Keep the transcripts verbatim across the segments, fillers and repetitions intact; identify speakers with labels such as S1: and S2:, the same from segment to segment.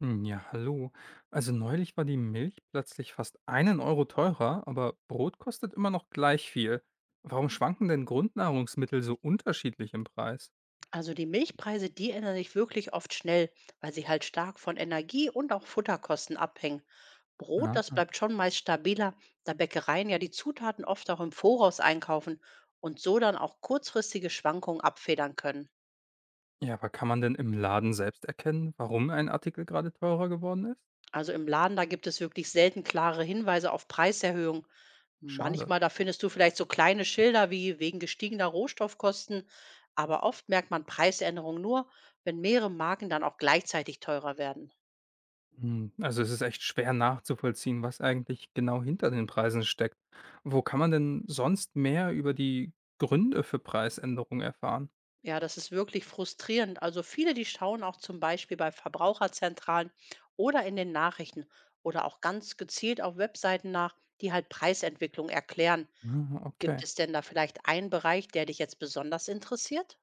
S1: Hm, ja, hallo. Also neulich war die Milch plötzlich fast einen Euro teurer, aber Brot kostet immer noch gleich viel. Warum schwanken denn Grundnahrungsmittel so unterschiedlich im Preis?
S2: Also die Milchpreise, die ändern sich wirklich oft schnell, weil sie halt stark von Energie und auch Futterkosten abhängen. Brot,
S1: Aha.
S2: das bleibt schon meist stabiler, da Bäckereien ja die Zutaten oft auch im Voraus einkaufen und so dann auch kurzfristige Schwankungen abfedern können.
S1: Ja, aber kann man denn im Laden selbst erkennen, warum ein Artikel gerade teurer geworden ist?
S2: Also im Laden, da gibt es wirklich selten klare Hinweise auf Preiserhöhungen.
S1: Schade.
S2: Manchmal, da findest du vielleicht so kleine Schilder wie wegen gestiegener Rohstoffkosten, aber oft merkt man Preisänderungen nur, wenn mehrere Marken dann auch gleichzeitig teurer werden.
S1: Hm, also es ist echt schwer nachzuvollziehen, was eigentlich genau hinter den Preisen steckt. Wo kann man denn sonst mehr über die Gründe für Preisänderungen erfahren?
S2: Ja, das ist wirklich frustrierend. Also viele, die schauen auch zum Beispiel bei Verbraucherzentralen oder in den Nachrichten oder auch ganz gezielt auf Webseiten nach, die halt Preisentwicklung erklären.
S1: Ah,
S2: Gibt
S1: okay.
S2: es denn da vielleicht einen Bereich, der dich jetzt besonders interessiert?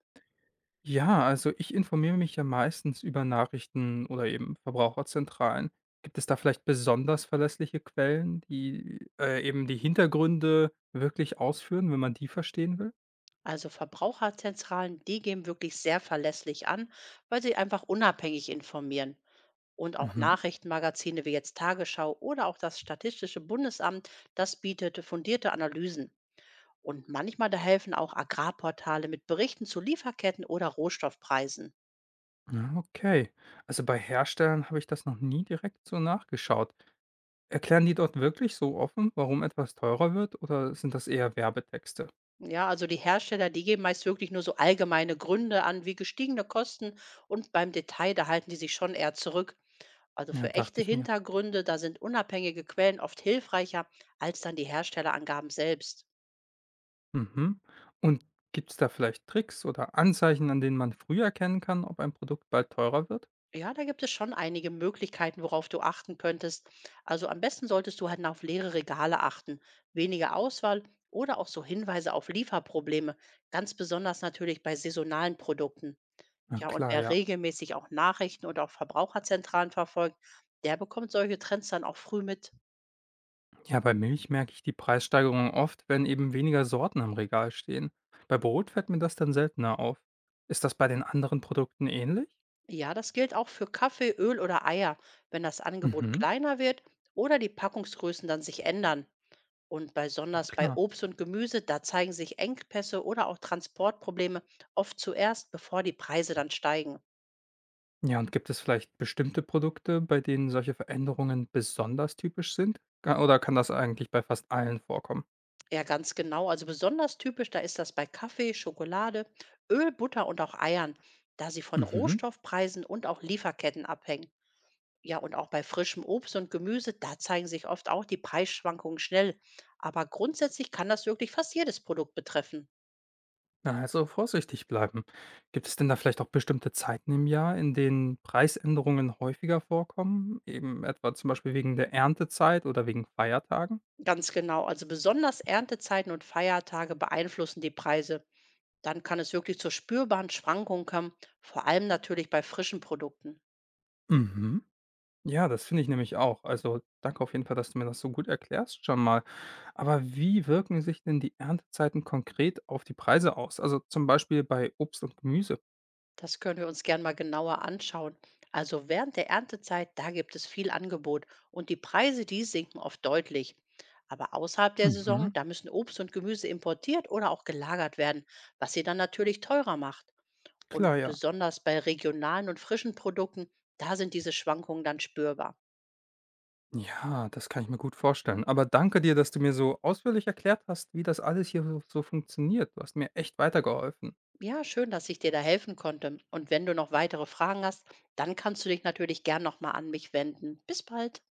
S1: Ja, also ich informiere mich ja meistens über Nachrichten oder eben Verbraucherzentralen. Gibt es da vielleicht besonders verlässliche Quellen, die äh, eben die Hintergründe wirklich ausführen, wenn man die verstehen will?
S2: Also Verbraucherzentralen, die geben wirklich sehr verlässlich an, weil sie einfach unabhängig informieren. Und auch
S1: Mhm.
S2: Nachrichtenmagazine wie jetzt Tagesschau oder auch das Statistische Bundesamt, das bietet fundierte Analysen. Und manchmal da helfen auch Agrarportale mit Berichten zu Lieferketten oder Rohstoffpreisen.
S1: Ja, okay. Also bei Herstellern habe ich das noch nie direkt so nachgeschaut. Erklären die dort wirklich so offen, warum etwas teurer wird, oder sind das eher Werbetexte?
S2: Ja, also die Hersteller, die geben meist wirklich nur so allgemeine Gründe an, wie gestiegene Kosten und beim Detail, da halten die sich schon eher zurück. Also
S1: Ja,
S2: für
S1: dachte
S2: echte
S1: ich mir.
S2: Hintergründe, da sind unabhängige Quellen oft hilfreicher als dann die Herstellerangaben selbst.
S1: Mhm. Und gibt es da vielleicht Tricks oder Anzeichen, an denen man früh erkennen kann, ob ein Produkt bald teurer wird?
S2: Ja, da gibt es schon einige Möglichkeiten, worauf du achten könntest. Also am besten solltest du halt auf leere Regale achten, weniger Auswahl oder auch so Hinweise auf Lieferprobleme, ganz besonders natürlich bei saisonalen Produkten.
S1: Na
S2: Ja, und
S1: klar,
S2: wer
S1: ja.
S2: regelmäßig auch Nachrichten oder auch Verbraucherzentralen verfolgt, der bekommt solche Trends dann auch früh mit.
S1: Ja, bei Milch merke ich die Preissteigerung oft, wenn eben weniger Sorten im Regal stehen. Bei Brot fällt mir das dann seltener auf. Ist das bei den anderen Produkten ähnlich?
S2: Ja, das gilt auch für Kaffee, Öl oder Eier, wenn das Angebot
S1: Mhm,
S2: kleiner wird oder die Packungsgrößen dann sich ändern. Und
S1: na
S2: besonders bei
S1: klar.
S2: Obst und Gemüse, da zeigen sich Engpässe oder auch Transportprobleme oft zuerst, bevor die Preise dann steigen.
S1: Ja, und gibt es vielleicht bestimmte Produkte, bei denen solche Veränderungen besonders typisch sind? Ga- Oder kann das eigentlich bei fast allen vorkommen?
S2: Ja, ganz genau. Also besonders typisch, da ist das bei Kaffee, Schokolade, Öl, Butter und auch Eiern, da sie von
S1: Mhm.
S2: Rohstoffpreisen und auch Lieferketten abhängen. Ja, und auch bei frischem Obst und Gemüse, da zeigen sich oft auch die Preisschwankungen schnell. Aber grundsätzlich kann das wirklich fast jedes Produkt betreffen.
S1: Na, also vorsichtig bleiben. Gibt es denn da vielleicht auch bestimmte Zeiten im Jahr, in denen Preisänderungen häufiger vorkommen? Eben etwa zum Beispiel wegen der Erntezeit oder wegen Feiertagen?
S2: Ganz genau, also besonders Erntezeiten und Feiertage beeinflussen die Preise. Dann kann es wirklich zu spürbaren Schwankungen kommen, vor allem natürlich bei frischen Produkten.
S1: Mhm. Ja, das finde ich nämlich auch. Also danke auf jeden Fall, dass du mir das so gut erklärst schon mal. Aber wie wirken sich denn die Erntezeiten konkret auf die Preise aus? Also zum Beispiel bei Obst und Gemüse.
S2: Das können wir uns gern mal genauer anschauen. Also während der Erntezeit, da gibt es viel Angebot und die Preise, die sinken oft deutlich. Aber außerhalb der Saison,
S1: Mhm.
S2: da müssen Obst und Gemüse importiert oder auch gelagert werden, was sie dann natürlich teurer macht. Und
S1: Klar, ja.
S2: besonders bei regionalen und frischen Produkten, da sind diese Schwankungen dann spürbar.
S1: Ja, das kann ich mir gut vorstellen. Aber danke dir, dass du mir so ausführlich erklärt hast, wie das alles hier so, so funktioniert. Du hast mir echt weitergeholfen.
S2: Ja, schön, dass ich dir da helfen konnte. Und wenn du noch weitere Fragen hast, dann kannst du dich natürlich gern nochmal an mich wenden. Bis bald.